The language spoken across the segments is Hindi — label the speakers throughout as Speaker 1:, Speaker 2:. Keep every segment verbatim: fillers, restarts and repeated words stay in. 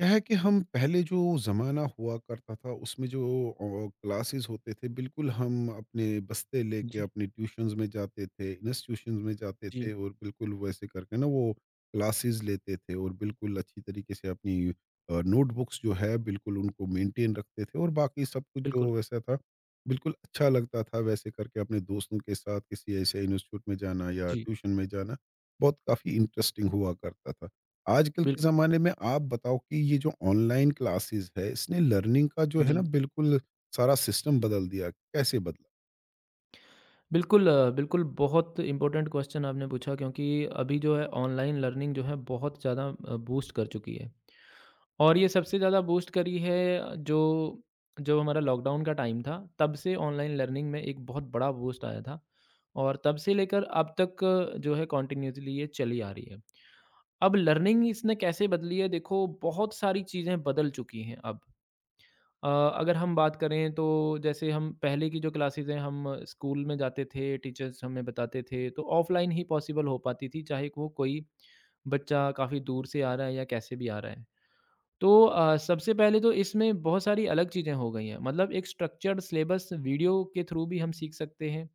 Speaker 1: क्या है कि हम पहले जो ज़माना हुआ करता था उसमें जो क्लासेस होते थे बिल्कुल हम अपने बस्ते लेके
Speaker 2: जी,
Speaker 1: अपने ट्यूशंस में जाते थे, इंस्टीट्यूशंस में जाते
Speaker 2: जी।
Speaker 1: थे और बिल्कुल वैसे करके ना वो क्लासेस लेते थे और बिल्कुल अच्छी तरीके से अपनी नोटबुक्स जो है बिल्कुल उनको मेंटेन रखते थे और बाकी सब कुछ
Speaker 2: बिल्कुल,
Speaker 1: जो वैसा था बिल्कुल अच्छा लगता था। वैसे करके अपने दोस्तों के साथ किसी ऐसे इंस्टीट्यूट में जाना या
Speaker 2: जी,
Speaker 1: ट्यूशन में जाना बहुत काफ़ी इंटरेस्टिंग हुआ करता था। आजकल के
Speaker 2: बिल्कुल,
Speaker 1: ज़माने में आप बताओ कि ये जो ऑनलाइन क्लासेस है, इसने लर्निंग का जो है ना
Speaker 2: जी।
Speaker 1: बिल्कुल सारा सिस्टम बदल दिया। कैसे बदला?
Speaker 2: बिल्कुल, अ, बिल्कुल बहुत इम्पोर्टेंट क्वेश्चन आपने पूछा, क्योंकि अभी जो है ऑनलाइन लर्निंग जो है बहुत ज़्यादा अ, बूस्ट कर चुकी है और ये सबसे ज़्यादा बूस्ट करी है जो जो हमारा लॉकडाउन का टाइम था, तब से ऑनलाइन लर्निंग में एक बहुत बड़ा बूस्ट आया था और तब से लेकर अब तक अ, जो है कंटिन्यूअसली ये चली आ रही है। अब लर्निंग इसने कैसे बदली है? देखो, बहुत सारी चीज़ें बदल चुकी हैं अब। अ, अगर हम बात करें तो जैसे हम पहले की जो क्लासेस हैं, हम स्कूल में जाते थे, टीचर्स हमें बताते थे, तो ऑफ़लाइन ही पॉसिबल हो पाती थी, चाहे वो कोई बच्चा काफ़ी दूर से आ रहा है या कैसे भी आ रहा है। तो अ, सबसे पहले तो इसमें बहुत सारी अलग चीज़ें हो गई हैं, मतलब एक स्ट्रक्चर्ड सिलेबस वीडियो के थ्रू भी हम सीख सकते हैं,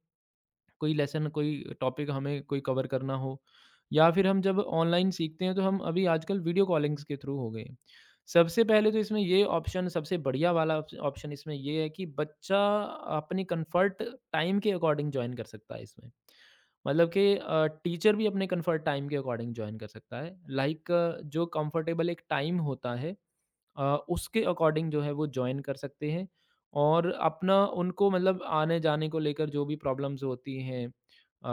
Speaker 2: कोई लेसन, कोई टॉपिक हमें कोई कवर करना हो, या फिर हम जब ऑनलाइन सीखते हैं तो हम अभी आजकल वीडियो कॉलिंग्स के थ्रू हो गए हैं। सबसे पहले तो इसमें ये ऑप्शन, सबसे बढ़िया वाला ऑप्शन इसमें ये है कि बच्चा अपनी कंफर्ट टाइम के अकॉर्डिंग ज्वाइन कर सकता है इसमें, मतलब कि टीचर भी अपने कंफर्ट टाइम के अकॉर्डिंग ज्वाइन कर सकता है, लाइक जो कंफर्टेबल एक टाइम होता है, अ, उसके अकॉर्डिंग जो है वो जॉइन कर सकते हैं और अपना उनको मतलब आने-जाने को लेकर जो भी प्रॉब्लम्स होती हैं, अ,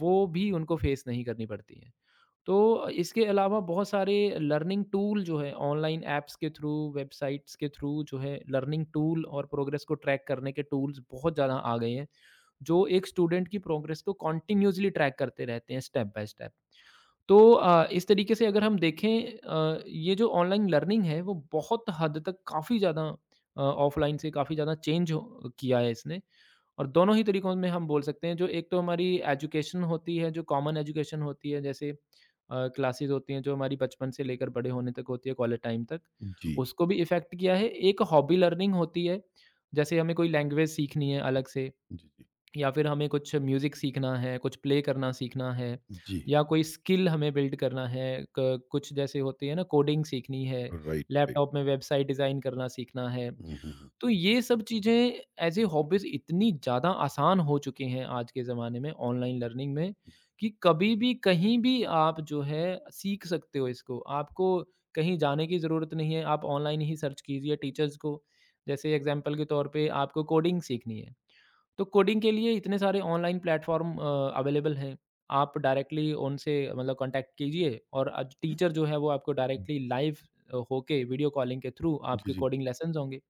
Speaker 2: वो भी उनको फेस नहीं करनी पड़ती हैं। तो इसके अलावा बहुत सारे लर्निंग टूल जो है, ऑनलाइन ऐप्स के थ्रू, वेबसाइट्स के थ्रू जो है लर्निंग टूल और प्रोग्रेस को ट्रैक करने के टूल्स बहुत ज़्यादा आ गए हैं, जो एक स्टूडेंट की प्रोग्रेस को कंटीन्यूअसली ट्रैक करते रहते हैं स्टेप बाय स्टेप। तो अ, इस तरीके से अगर हम देखें, अ, ये जो ऑनलाइन लर्निंग है वो बहुत हद तक काफ़ी ज़्यादा, अ, ऑफ़लाइन से काफ़ी ज़्यादा चेंज हो किया है इसने, और दोनों ही तरीकों में हम बोल सकते हैं, जो एक तो हमारी एजुकेशन होती है, जो कॉमन एजुकेशन होती है जैसे क्लासेस होती हैं जो हमारी बचपन से लेकर बड़े होने तक होती है कॉलेज टाइम तक,
Speaker 1: जी।
Speaker 2: उसको भी इफ़ेक्ट किया है। एक हॉबी लर्निंग होती है, जैसे हमें कोई लैंग्वेज सीखनी है अलग से,
Speaker 1: जी, जी।
Speaker 2: या फिर हमें कुछ म्यूज़िक सीखना है, कुछ प्ले करना सीखना है,
Speaker 1: जी।
Speaker 2: या कोई स्किल हमें बिल्ड करना है। क कुछ जैसे होती है ना, कोडिंग सीखनी है,
Speaker 1: राइट, राइट।
Speaker 2: लैपटॉप में वेबसाइट डिज़ाइन करना सीखना है।
Speaker 1: हुँ, हुँ, हुँ।
Speaker 2: तो ये सब चीज़ें ऐज़ ए हॉबीज़ इतनी ज़्यादा आसान हो चुकी हैं आज के ज़माने में ऑनलाइन लर्निंग में, कि कभी भी, कहीं भी आप जो है सीख सकते हो इसको। आपको कहीं जाने की ज़रूरत नहीं है, आप ऑनलाइन ही सर्च कीजिए टीचर्स को। जैसे एग्ज़ाम्पल के तौर पे आपको कोडिंग सीखनी है। तो कोडिंग के लिए इतने सारे ऑनलाइन प्लेटफ़ॉर्म अ, अवेलेबल हैं। आप डायरेक्टली उनसे मतलब कॉन्टैक्ट कीजिए और आज टीचर जो है वो आपको डायरेक्टली लाइव होके वीडियो कॉलिंग के थ्रू
Speaker 1: जी,
Speaker 2: आपके
Speaker 1: जी।
Speaker 2: कोडिंग लेसन्स होंगे।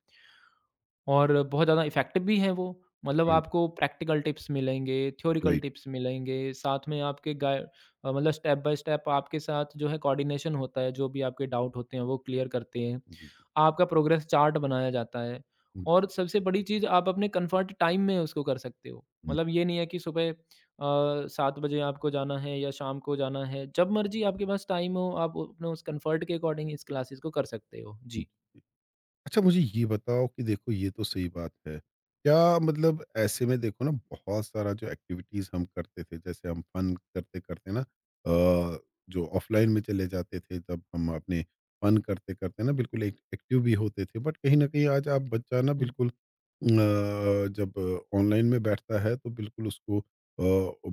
Speaker 2: और बहुत ज़्यादा इफ़ेक्टिव भी हैं वो। मतलब
Speaker 1: राइट,
Speaker 2: आपको प्रैक्टिकल टिप्स मिलेंगे, थ्योरिकल
Speaker 1: राइट।
Speaker 2: टिप्स मिलेंगे, साथ में आपके गाइ अ, मतलब स्टेप बाय स्टेप आपके साथ जो है कोऑर्डिनेशन होता है, जो भी आपके डाउट होते हैं वो क्लियर करते हैं।
Speaker 1: जी, जी।
Speaker 2: आपका प्रोग्रेस चार्ट बनाया जाता है,
Speaker 1: हुँ,
Speaker 2: और सबसे बड़ी चीज़, आप अपने कंफर्ट टाइम में उसको कर सकते हो। मतलब ये नहीं है कि सुबह अ, सात बजे आपको जाना है या शाम को जाना है, जब मर्ज़ी आपके पास टाइम हो, आप अपने उस कंफर्ट के अकॉर्डिंग इस क्लासेस को कर सकते हो।
Speaker 1: हुँ।
Speaker 2: जी।
Speaker 1: अच्छा, मुझे ये बताओ कि देखो ये तो सही बात है। क्या मतलब, ऐसे में देखो ना बहुत सारा जो एक्टिविटीज़ हम करते थे, जैसे हम फन करते-करते ना अ, जो ऑफ़लाइन में चले जाते थे, तब हम अपने फन करते-करते ना बिल्कुल एक एक्टिव भी होते थे। बट कहीं न कहीं आज आप बच्चा ना
Speaker 2: हुँ।
Speaker 1: बिल्कुल अ, जब ऑनलाइन में बैठता है तो बिल्कुल उसको अ,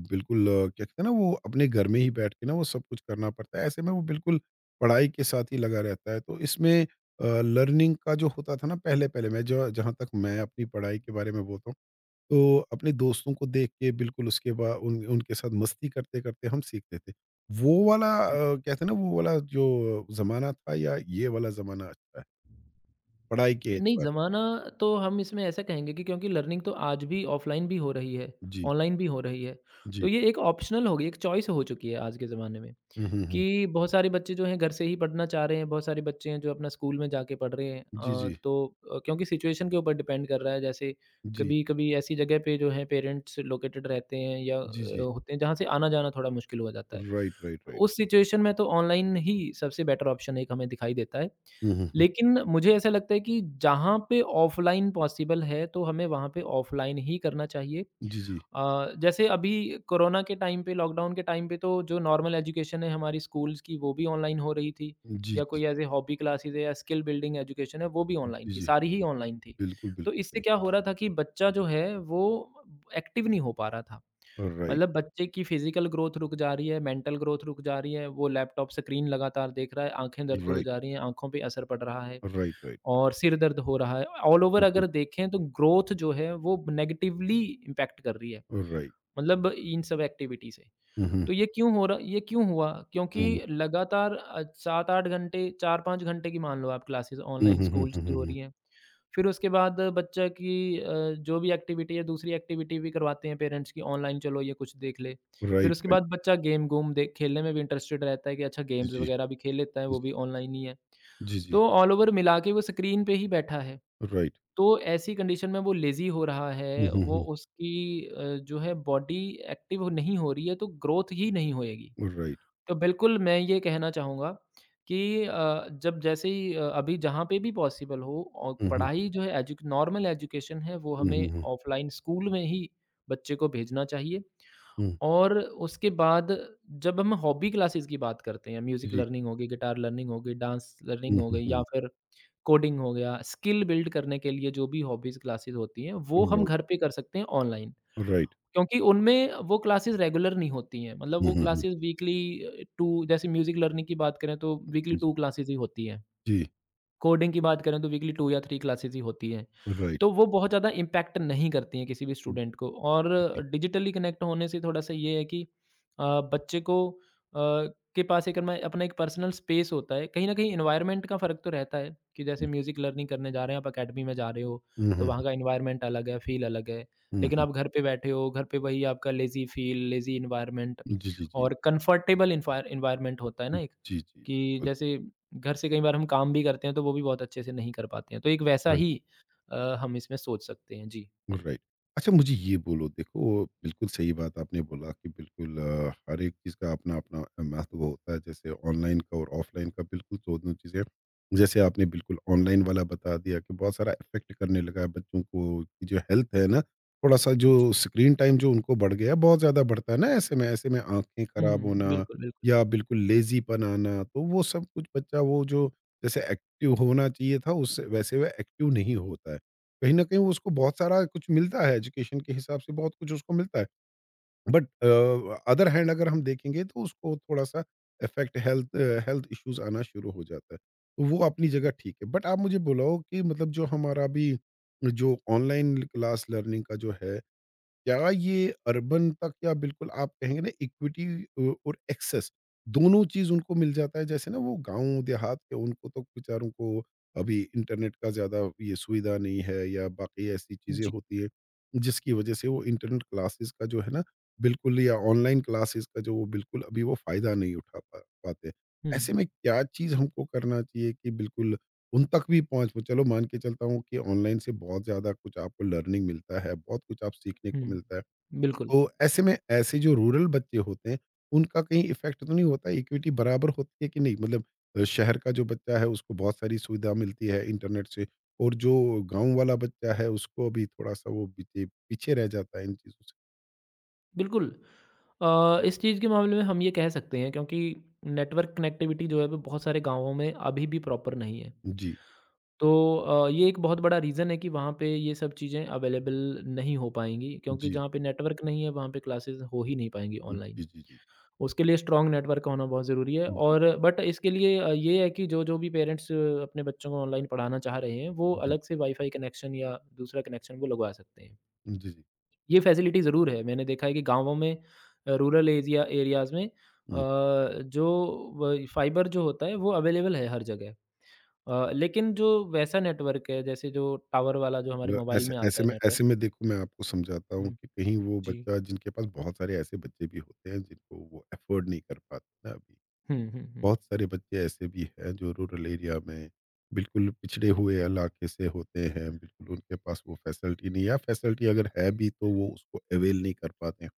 Speaker 1: बिल्कुल अ, क्या कहते हैं ना, वो अपने घर में ही बैठ के ना वो सब कुछ करना पड़ता है। ऐसे में वो बिल्कुल पढ़ाई के साथ ही लगा रहता है। तो इसमें लर्निंग का जो होता था ना, पहले पहले मैं जो, जहाँ तक मैं अपनी पढ़ाई के बारे में बोलता हूँ, तो अपने दोस्तों को देख के बिल्कुल उसके बाद उन, उनके साथ मस्ती करते करते हम सीखते थे। वो वाला अ, कहते हैं ना, वो वाला जो जमाना था या ये वाला जमाना अच्छा है पढ़ाई के
Speaker 2: नहीं,
Speaker 1: एतबार से?
Speaker 2: ज़माना तो हम इसमें ऐसा कहेंगे कि क्योंकि लर्निंग तो आज भी ऑफ़लाइन भी हो रही है,
Speaker 1: जी
Speaker 2: ऑनलाइन भी हो रही है।
Speaker 1: जी।
Speaker 2: तो ये एक ऑप्शनल हो गई, एक चॉइस हो चुकी है आज के ज़माने में,
Speaker 1: हम्म हम्म हम्म,
Speaker 2: कि बहुत सारे बच्चे जो हैं घर से ही पढ़ना चाह रहे हैं, बहुत सारे बच्चे हैं जो अपना स्कूल में जाके पढ़ रहे हैं।
Speaker 1: जी
Speaker 2: अ,
Speaker 1: जी।
Speaker 2: तो अ, क्योंकि सिचुएशन के ऊपर डिपेंड कर रहा है, जैसे
Speaker 1: जी
Speaker 2: कभी-कभी ऐसी जगह पे जो है पेरेंट्स लोकेटेड रहते हैं या
Speaker 1: जी।
Speaker 2: अ,
Speaker 1: जी
Speaker 2: होते हैं जहाँ से आना-जाना थोड़ा मुश्किल हो जाता है।
Speaker 1: राइट राइट
Speaker 2: तो
Speaker 1: राइट।
Speaker 2: उस सिचुएशन में तो ऑनलाइन ही सबसे बेटर ऑप्शन एक हमें दिखाई देता है।
Speaker 1: हम्म हम्म हम्म,
Speaker 2: लेकिन मुझे ऐसा लगता है कि जहाँ पे ऑफ़लाइन पॉसिबल है, तो हमें वहाँ पे ऑफ़लाइन ही करना चाहिए।
Speaker 1: जी जी।
Speaker 2: अ, जैसे अभी कोरोना के टाइम पे, लॉकडाउन के टाइम पे तो जो नॉर्मल एजुकेशन है हमारी स्कूल्स की वो भी ऑनलाइन हो रही थी,
Speaker 1: जी
Speaker 2: या
Speaker 1: जी।
Speaker 2: कोई ऐज़ ए हॉबी क्लासेज़ है या स्किल बिल्डिंग एजुकेशन है वो भी ऑनलाइन
Speaker 1: जी
Speaker 2: थी,
Speaker 1: जी।
Speaker 2: सारी ही ऑनलाइन थी।
Speaker 1: बिल्कुल
Speaker 2: तो
Speaker 1: बिल्कुल
Speaker 2: इससे
Speaker 1: सही।
Speaker 2: क्या हो रहा था कि बच्चा जो है वो एक्टिव नहीं हो पा रहा था।
Speaker 1: राइट।
Speaker 2: मतलब बच्चे की फिजिकल ग्रोथ रुक जा रही है, मेंटल ग्रोथ रुक जा रही है, वो लैपटॉप स्क्रीन लगातार देख रहा है, आँखें दर्द हो
Speaker 1: राइट
Speaker 2: जा रही हैं, आँखों पे असर पड़ रहा है
Speaker 1: राइट राइट।
Speaker 2: और सिर दर्द हो रहा है। ऑल ओवर
Speaker 1: बिल्कुल।
Speaker 2: अगर देखें तो ग्रोथ जो है वो नेगेटिवली इम्पैक्ट कर रही है,
Speaker 1: राइट।
Speaker 2: मतलब इन सब एक्टिविटी से।
Speaker 1: हम्म
Speaker 2: तो
Speaker 1: हम्म
Speaker 2: ये क्यों हो रहा, ये क्यों हुआ? क्योंकि
Speaker 1: हम्म।
Speaker 2: लगातार अ, सात आठ घंटे, चार पाँच घंटे की मान लो आप classes
Speaker 1: Hm
Speaker 2: online
Speaker 1: hm
Speaker 2: schools
Speaker 1: hm
Speaker 2: की हो
Speaker 1: hm.
Speaker 2: रही हैं। फिर उसके बाद बच्चा की अ, जो भी एक्टिविटी है, दूसरी एक्टिविटी भी करवाते हैं पेरेंट्स की ऑनलाइन, चलो ये कुछ देख ले। फिर
Speaker 1: Right,
Speaker 2: उसके
Speaker 1: right.
Speaker 2: बाद बच्चा गेम-गूम दे खेलने में भी इंटरेस्टेड रहता है कि अच्छा
Speaker 1: Yes,
Speaker 2: गेम्स
Speaker 1: yes,
Speaker 2: वगैरह भी खेल लेता है, वो भी ऑनलाइन ही है।
Speaker 1: yes, yes.
Speaker 2: तो ऑल ओवर मिला के वो स्क्रीन पे ही बैठा है।
Speaker 1: Right.
Speaker 2: तो ऐसी कंडीशन में वो लेज़ी हो रहा
Speaker 1: Hm
Speaker 2: है,
Speaker 1: hm
Speaker 2: वो
Speaker 1: hm.
Speaker 2: उसकी अ, जो है बॉडी एक्टिव नहीं हो रही है, तो ग्रोथ ही नहीं होएगी।
Speaker 1: Right.
Speaker 2: तो बिल्कुल, मैं ये कहना चाहूँगा कि अ, जब जैसे ही अ, अभी जहाँ पे भी पॉसिबल हो और
Speaker 1: Hm hm
Speaker 2: पढ़ाई जो है एजु नॉर्मल एजुकेशन है वो हमें
Speaker 1: hm
Speaker 2: ऑफ़लाइन स्कूल में ही बच्चे को भेजना चाहिए।
Speaker 1: hm.
Speaker 2: और उसके बाद जब हम हॉबी क्लासेस की बात करते हैं, म्यूज़िक
Speaker 1: Yes.
Speaker 2: लर्निंग हो गई, गिटार लर्निंग हो गई, डांस
Speaker 1: Hm
Speaker 2: लर्निंग हो
Speaker 1: hm
Speaker 2: गई, या
Speaker 1: hm.
Speaker 2: फिर कोडिंग हो गया, स्किल बिल्ड करने के लिए जो भी हॉबीज़ क्लासेस होती हैं, वो हम
Speaker 1: Right.
Speaker 2: घर पे कर सकते हैं ऑनलाइन।
Speaker 1: Right.
Speaker 2: क्योंकि उनमें वो क्लासेस रेगुलर नहीं होती हैं, मतलब
Speaker 1: Hm
Speaker 2: वो
Speaker 1: hm hm.
Speaker 2: क्लासेस वीकली अ, दो, जैसे म्यूज़िक लर्निंग की बात करें तो वीकली
Speaker 1: Yes.
Speaker 2: दो क्लासेस ही होती हैं।
Speaker 1: Yes.
Speaker 2: कोडिंग की बात करें तो वीकली दो या तीन क्लासेज़ ही होती हैं। तो वो बहुत ज़्यादा इम्पैक्ट नहीं करती हैं किसी भी स्टूडेंट को, और डिजिटली कनेक्ट होने से थोड़ा-सा ये है कि अ, बच्चे को अ, के पास एक अपना अपना एक पर्सनल स्पेस होता है। कहीं न कहीं एनवायरनमेंट का फ़र्क तो रहता है, कि जैसे म्यूज़िक लर्निंग करने जा रहे हैं, आप अकेडमी में जा रहे हो, तो वहाँ का एनवायरनमेंट अलग है, फ़ील अलग है। लेकिन आप घर पे बैठे हो, घर पे वही आपका लेज़ी फ़ील, लेज़ी एनवायरनमेंट और कंफर्टेबल एनफायर एनवायरनमेंट होता है ना एक, कि जैसे घर से कई बार हम काम भी करते हैं तो वो भी बहुत अच्छे से नहीं कर पाते हैं। तो एक वैसा
Speaker 1: Right.
Speaker 2: ही अ, हम इसमें सोच सकते हैं। जी,
Speaker 1: राइट। अच्छा, मुझे ये बोलो, देखो बिल्कुल सही बात आपने बोला कि बिल्कुल अ, हर एक चीज़ का अपना-अपना महत्व होता है, जैसे ऑनलाइन का और ऑफ़लाइन का, बिल्कुल दोनों चीज़ें। जैसे आपने बिल्कुल ऑनलाइन वाला बता दिया कि बहुत सारा इफ़ेक्ट करने लगा है बच्चों को, कि जो हेल्थ है ना, थोड़ा-सा जो
Speaker 2: जी।
Speaker 1: स्क्रीन टाइम जो उनको बढ़ गया है, बहुत ज़्यादा बढ़ता है ना ऐसे में, ऐसे में आँखें
Speaker 2: हुँ, हुँ,
Speaker 1: खराब
Speaker 2: हुँ।
Speaker 1: होना
Speaker 2: बिल्कुल, बिल्कुल।
Speaker 1: या बिल्कुल लेज़ीपन आना, तो वो सब कुछ बच्चा वो जो जैसे एक्टिव होना चाहिए था उससे वैसे वह एक्टिव नहीं होता है। कहीं न कहीं उसको बहुत सारा कुछ मिलता है, एजुकेशन के हिसाब से बहुत कुछ उसको मिलता है। बट अ, अदर हैंड अगर हम देखेंगे तो उसको थोड़ा-सा इफ़ेक्ट हेल्थ हेल्थ इश्यूज़ आना शुरू हो जाता है। तो वो अपनी जगह ठीक है। बट आप मुझे बुलाओ कि मतलब जो हमारा अभी जो ऑनलाइन क्लास लर्निंग का जो है, क्या ये अर्बन तक, या बिल्कुल आप कहेंगे ना इक्विटी अ, और एक्सेस दोनों चीज़ उनको मिल जाता है? जैसे ना वो गाँव देहात के उनको तो बेचारों को अभी इंटरनेट का ज़्यादा ये सुविधा नहीं है या बाकी ऐसी चीज़ें
Speaker 2: जी।
Speaker 1: होती है, जिसकी वजह से वो इंटरनेट क्लासेस का जो है ना, बिल्कुल या ऑनलाइन क्लासेस का जो, वो बिल्कुल अभी वो फ़ायदा नहीं उठा पा पाते।
Speaker 2: हुँ,
Speaker 1: ऐसे में क्या चीज़ हमको करना चाहिए कि बिल्कुल उन तक भी पहुँच वो, चलो मान के चलता हूँ कि ऑनलाइन से बहुत ज़्यादा कुछ आपको लर्निंग मिलता है, बहुत कुछ आप सीखने को
Speaker 2: हुँ।
Speaker 1: मिलता है।
Speaker 2: बिल्कुल,
Speaker 1: तो ऐसे में ऐसे जो रूरल बच्चे होते हैं, उनका कहीं इफ़ेक्ट तो नहीं होता? इक्विटी बराबर होती है कि नहीं? मतलब अ, शहर का जो बच्चा है उसको बहुत सारी सुविधा मिलती है इंटरनेट से, और जो गाँव वाला बच्चा है उसको अभी थोड़ा-सा वो पीछे पीछे रह जाता है इन चीज़ों से।
Speaker 2: बिल्कुल। अ, इस चीज़ के मामले में हम ये कह सकते हैं, क्योंकि नेटवर्क कनेक्टिविटी जो है वो बहुत सारे गाँवों में अभी भी प्रॉपर नहीं है।
Speaker 1: जी,
Speaker 2: तो अ, ये एक बहुत बड़ा रीज़न है कि वहाँ पे ये सब चीज़ें अवेलेबल नहीं हो पाएँगी, क्योंकि
Speaker 1: जी।
Speaker 2: जहाँ पे नेटवर्क नहीं है वहाँ पे क्लासेस हो ही नहीं पाएँगी ऑनलाइन।
Speaker 1: जी, जी, जी।
Speaker 2: उसके लिए स्ट्रॉन्ग नेटवर्क होना बहुत ज़रूरी है,
Speaker 1: जी, जी,
Speaker 2: और बट इसके लिए अ, ये है कि जो-जो भी पेरेंट्स अपने बच्चों को ऑनलाइन पढ़ाना चाह रहे हैं, वो
Speaker 1: जी।
Speaker 2: अलग से वाईफ़ाई कनेक्शन या दूसरा कनेक्शन वो लगवा सकते हैं।
Speaker 1: जी, जी।
Speaker 2: ये फैसिलिटी ज़रूर है, मैंने देखा है कि गाँवों में, अ, रूरल एज़िया एरियाज़ में, अ,
Speaker 1: हुँ।
Speaker 2: जो व फाइबर जो होता है वो अवेलेबल है हर जगह। अ, लेकिन जो वैसा नेटवर्क है जैसे जो टावर वाला जो हमारे
Speaker 1: ल
Speaker 2: मोबाइल
Speaker 1: ऐसे
Speaker 2: में आता
Speaker 1: ऐसे
Speaker 2: है
Speaker 1: में
Speaker 2: नेटवर्क।
Speaker 1: ऐसे में देखो, मैं आपको समझाता हूँ
Speaker 2: हुँ,
Speaker 1: कि कहीं वो
Speaker 2: जी।
Speaker 1: बच्चा, जिनके पास बहुत सारे ऐसे बच्चे भी होते हैं जिनको वो अफोर्ड नहीं कर पाते ना अभी।
Speaker 2: हुँ, हुँ, हुँ।
Speaker 1: बहुत सारे बच्चे ऐसे भी हैं जो रूरल एरिया में बिल्कुल पिछड़े हुए इलाके से होते हैं, बिल्कुल उनके पास वो फैसिलिटी नहीं है या फैसिलिटी अगर है भी तो वो उसको अवेल नहीं कर पाते हैं।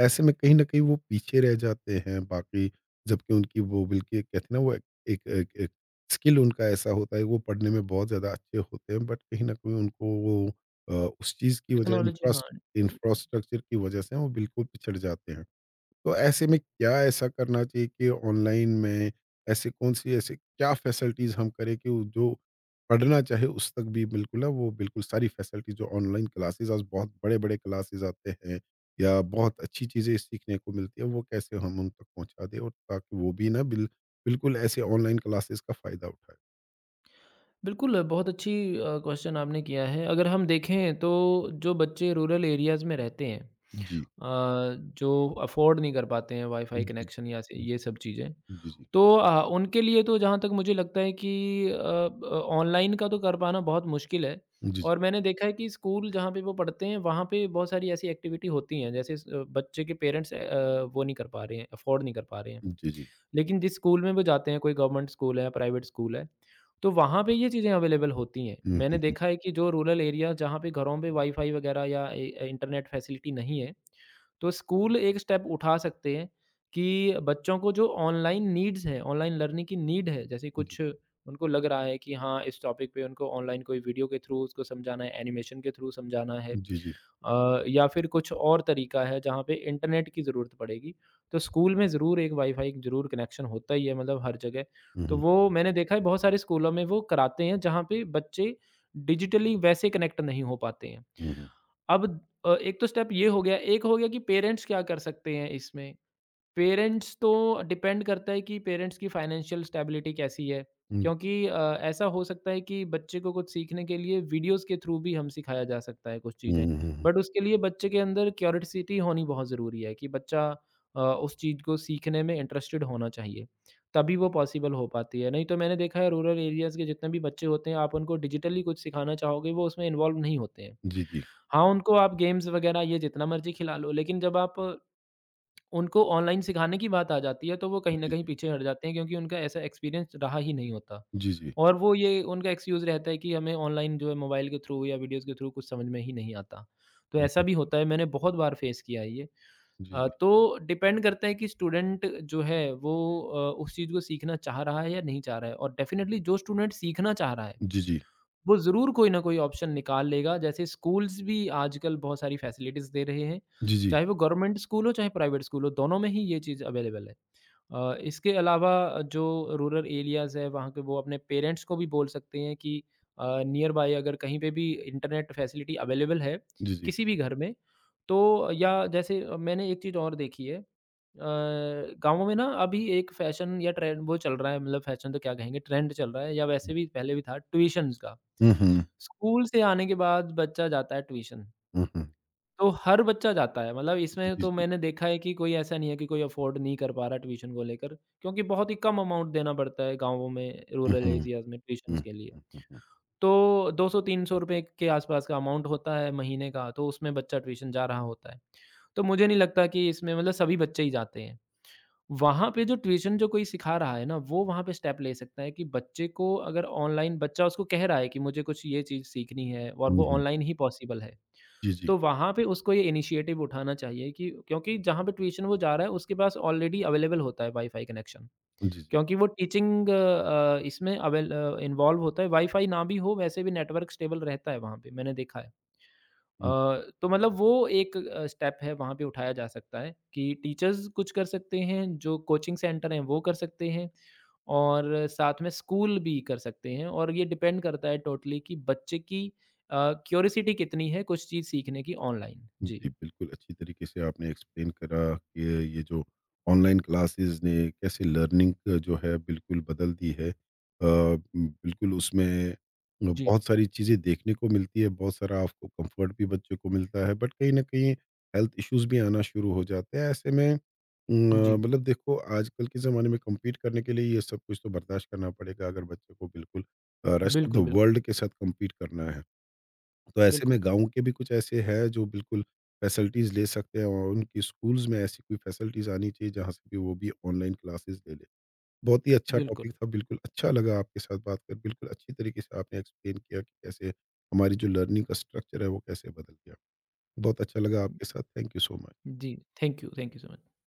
Speaker 1: ऐसे में कहीं न कहीं वो पीछे रह जाते हैं बाकी, जबकि उनकी वो, बल्कि कहते हैं ना, वो एक एक एक एक स्किल उनका ऐसा होता है, वो पढ़ने में बहुत ज़्यादा अच्छे होते हैं, बट कहीं न कहीं उनको वो अ, उस चीज़ की वजह
Speaker 2: टेक्नोलॉजी, हाँ।
Speaker 1: इंफ्रास्ट इंफ्रास्ट्रक्चर की वजह से वो बिल्कुल पिछड़ जाते हैं। तो ऐसे में क्या ऐसा करना चाहिए कि ऑनलाइन में ऐसी कौन-सी, ऐसी क्या फैसिलिटीज़ हम करें कि वो जो पढ़ना चाहे उस तक भी बिल्कुल ना वो बिल्कुल सारी फैसिलिटीज़, जो ऑनलाइन क्लासेस आज बहुत बड़े-बड़े क्लासेस आते हैं या बहुत अच्छी चीज़ें सीखने को मिलती है, वो कैसे हम उन तक पहुँचा दें और ताकि वो भी ना बिल बिल्कुल ऐसे ऑनलाइन क्लासेस का फ़ायदा उठाएँ?
Speaker 2: बिल्कुल, बहुत अच्छी अ, क्वेश्चन आपने किया है। अगर हम देखें तो जो बच्चे रूरल एरियाज़ में रहते हैं, अ,
Speaker 1: जी।
Speaker 2: जो अफ़ोर्ड नहीं कर पाते हैं वाईफ़ाई
Speaker 1: जी,
Speaker 2: कनेक्शन या स
Speaker 1: जी,
Speaker 2: ये सब चीज़ें,
Speaker 1: जी, जी,
Speaker 2: तो अ, उनके लिए तो जहाँ तक मुझे लगता है कि अ, ब ऑनलाइन का तो कर पाना बहुत मुश्किल है।
Speaker 1: जी,
Speaker 2: और मैंने देखा है कि स्कूल जहाँ पे वो पढ़ते हैं, वहाँ पे बहुत सारी ऐसी एक्टिविटी होती हैं, जैसे स बच्चे के पेरेंट्स अ, वो नहीं कर पा रहे हैं, अफ़ोर्ड नहीं कर पा रहे हैं।
Speaker 1: जी, जी, जी।
Speaker 2: लेकिन जिस स्कूल में वो जाते हैं कोई गवर्नमेंट स्कूल है या प्राइवेट स्कूल है, तो वहाँ पे ये चीज़ें अवेलेबल होती हैं।
Speaker 1: हुँ, हुँ,
Speaker 2: मैंने
Speaker 1: हुँ।
Speaker 2: देखा है कि जो रूरल एरिया जहाँ पे घरों पे वाई-फाई वगैरह या ए इंटरनेट फैसिलिटी नहीं है, तो स्कूल एक स्टेप उठा सकते हैं कि बच्चों को जो ऑनलाइन नीड्स हैं, ऑनलाइन लर्निंग की नीड है, जैसे
Speaker 1: जी,
Speaker 2: कुछ उनको लग रहा है कि हाँ, इस टॉपिक पे उनको ऑनलाइन कोई वीडियो के थ्रू उसको समझाना है, एनिमेशन के थ्रू समझाना है।
Speaker 1: जी, जी।
Speaker 2: अ, या फिर कुछ और तरीका है जहाँ पे इंटरनेट की ज़रूरत पड़ेगी। तो स्कूल में ज़रूर एक वाईफ़ाई ज़रूर कनेक्शन होता ही है मतलब हर जगह।
Speaker 1: हुँ,
Speaker 2: तो
Speaker 1: हुँ,
Speaker 2: वो मैंने देखा है बहुत सारे स्कूलों में वो कराते हैं जहाँ पे बच्चे डिजिटली वैसे कनेक्ट नहीं हो पाते हैं।
Speaker 1: हुँ, हुँ।
Speaker 2: अब अ, एक तो स्टेप ये हो गया, एक हो गया कि पेरेंट्स क्या कर सकते हैं इसमें। पेरेंट्स तो डिपेंड करता है कि पेरेंट्स की फाइनेंशियल स्टेबिलिटी कैसी है, क्योंकि अ, ऐसा हो सकता है कि बच्चे को कुछ सीखने के लिए वीडियोस के थ्रू भी हम सिखाया जा सकता है कुछ
Speaker 1: हुँ,
Speaker 2: चीज़ें,
Speaker 1: हुँ, हुँ, हुँ।
Speaker 2: बट उसके लिए बच्चे के अंदर क्यूरियोसिटी होनी बहुत ज़रूरी है कि बच्चा अ, उस चीज़ को सीखने में इंटरेस्टेड होना चाहिए, तभी वो पॉसिबल हो पाती है। नहीं तो मैंने देखा है रूरल एरियाज़ के जितने भी बच्चे होते हैं, आप उनको डिजिटली कुछ सिखाना चाहोगे, वो उसमें इन्वॉल्व नहीं होते हैं।
Speaker 1: जी, जी।
Speaker 2: हाँ, उनको आप गेम्स वगैरह ये जितना मर्जी खिला लो, लेकिन जब आप उनको ऑनलाइन सिखाने की बात आ जाती है, तो वो कहीं न
Speaker 1: जी,
Speaker 2: कहीं
Speaker 1: जी।
Speaker 2: पीछे हट जाते हैं, क्योंकि उनका ऐसा एक्सपीरियंस रहा ही नहीं होता।
Speaker 1: जी, जी।
Speaker 2: और वो ये उनका एक्सक्यूज़ रहता है कि हमें ऑनलाइन जो है मोबाइल के थ्रू या वीडियोज़ के थ्रू कुछ समझ में ही नहीं आता। तो
Speaker 1: हुँ,
Speaker 2: ऐसा
Speaker 1: हुँ।
Speaker 2: भी होता है, मैंने बहुत बार फेस किया है ये।
Speaker 1: जी,
Speaker 2: अ,
Speaker 1: जी।
Speaker 2: तो डिपेंड करता है कि स्टूडेंट जो है वो अ, उस चीज़ को सीखना चाह रहा है या नहीं चाह रहा है, और डेफ़िनिटली जो स्टूडेंट सीखना चाह रहा है
Speaker 1: जी, जी।
Speaker 2: वो ज़रूर कोई ना कोई ऑप्शन निकाल लेगा। जैसे स्कूल्स भी आजकल बहुत सारी फैसिलिटीज़ दे रहे हैं।
Speaker 1: जी, जी।
Speaker 2: चाहे वो गवर्नमेंट स्कूल हो, चाहे प्राइवेट स्कूल हो, दोनों में ही ये चीज़ अवेलेबल है। अ, इसके अलावा जो रूरल एरियाज़ है वहाँ के वो अपने पेरेंट्स को भी बोल सकते हैं कि अ, नियर बाय अगर कहीं पे भी इंटरनेट फैसिलिटी अवेलेबल है
Speaker 1: जी, जी।
Speaker 2: किसी भी घर में, तो या जैसे मैंने एक चीज़ और देखी है, अ, गाँवों में ना अभी एक फ़ैशन या ट्रेंड वो चल रहा है, मतलब फ़ैशन तो क्या कहेंगे, ट्रेंड चल रहा है या वैसे भी पहले भी था ट्यूशन्स का।
Speaker 1: हुँ, हुँ,
Speaker 2: स्कूल से आने के बाद बच्चा जाता है ट्यूशन।
Speaker 1: हुँ, हुँ।
Speaker 2: तो हर बच्चा जाता है, मतलब
Speaker 1: जी,
Speaker 2: इसमें
Speaker 1: जी,
Speaker 2: तो
Speaker 1: जी।
Speaker 2: मैंने देखा है कि कोई ऐसा नहीं है कि कोई अफ़ोर्ड नहीं कर पा रहा ट्यूशन को लेकर, क्योंकि बहुत ही कम अमाउंट देना पड़ता है गाँवों में,
Speaker 1: हुँ,
Speaker 2: रूरल
Speaker 1: हुँ,
Speaker 2: एरियाज़ में ट्यूशन्स
Speaker 1: हुँ,
Speaker 2: के लिए।
Speaker 1: हुँ, हुँ, हुँ,
Speaker 2: तो दो सौ तीन सौ रुपए के आसपास का अमाउंट होता है महीने का, तो उसमें बच्चा ट्यूशन जा रहा होता है। तो मुझे नहीं लगता कि इसमें मतलब सभी बच्चे ही जाते हैं। वहाँ पे जो ट्यूशन जो कोई सिखा रहा है ना, वो वहाँ पे स्टेप ले सकता है कि बच्चे को अगर ऑनलाइन बच्चा उसको कह रहा है कि मुझे कुछ ये चीज़ सीखनी है और
Speaker 1: हुँ,
Speaker 2: वो
Speaker 1: हुँ।
Speaker 2: ऑनलाइन ही पॉसिबल है।
Speaker 1: जी, जी।
Speaker 2: तो वहाँ पे उसको ये इनिशिएटिव उठाना चाहिए, कि क्योंकि जहाँ पे ट्यूशन वो जा रहा है उसके पास ऑलरेडी अवेलेबल होता है वाईफ़ाई कनेक्शन।
Speaker 1: जी, जी।
Speaker 2: क्योंकि वो टीचिंग अ, इसमें अवेल अ, इन्वॉल्व होता है, वाईफ़ाई ना भी हो वैसे भी नेटवर्क स्टेबल रहता है वहाँ पे, मैंने देखा है। अ, तो मतलब वो एक अ, स्टेप है वहाँ पे उठाया जा सकता है कि टीचर्स कुछ कर सकते हैं, जो कोचिंग सेंटर हैं वो कर सकते हैं और साथ में स्कूल भी कर सकते हैं, और ये डिपेंड करता है टोटली कि बच्चे की अ, क्यूरियोसिटी कितनी है कुछ चीज़ सीखने की ऑनलाइन। जी।
Speaker 1: जी, बिल्कुल अच्छी तरीके से आपने एक्सप्लेन करा कि ये जो ऑनलाइन क्लासेस ने कैसे लर्निंग जो है बिल्कुल बदल दी है। अ, बिल्कुल उसमें
Speaker 2: जी,
Speaker 1: बहुत सारी चीज़ें देखने को मिलती है, बहुत सारा आपको कम्फर्ट भी बच्चों को मिलता है, बट कहीं न कहीं हेल्थ इश्यूज़ भी आना शुरू हो जाते हैं। ऐसे में उम, अ,
Speaker 2: जी।
Speaker 1: मतलब देखो, आजकल के ज़माने में कम्पीट करने के लिए ये सब कुछ तो बर्दाश्त करना पड़ेगा अगर बच्चों को बिल्कुल अ, रेस्ट ऑफ द
Speaker 2: बिल्कुल, बिल्कुल,
Speaker 1: वर्ल्ड के साथ कम्पीट करना है। तो ऐसे
Speaker 2: बिल्कुल,
Speaker 1: में गाँव के भी कुछ ऐसे हैं जो बिल्कुल फैसिलिटीज़ ले सकते हैं और उनकी स्कूल्स में ऐसी कोई फैसिलिटीज़ आनी चाहिए जहाँ से कि वो भी ऑनलाइन क्लासेस ले ले। बहुत ही अच्छा
Speaker 2: बिल्कुल।
Speaker 1: टॉपिक था, बिल्कुल अच्छा लगा आपके साथ बात कर, बिल्कुल अच्छी तरीके से आपने एक्सप्लेन किया कि कैसे हमारी जो लर्निंग का स्ट्रक्चर है वो कैसे बदल गया। बहुत अच्छा लगा आपके साथ, थैंक यू सो मच।
Speaker 2: जी, thank you, thank you so much.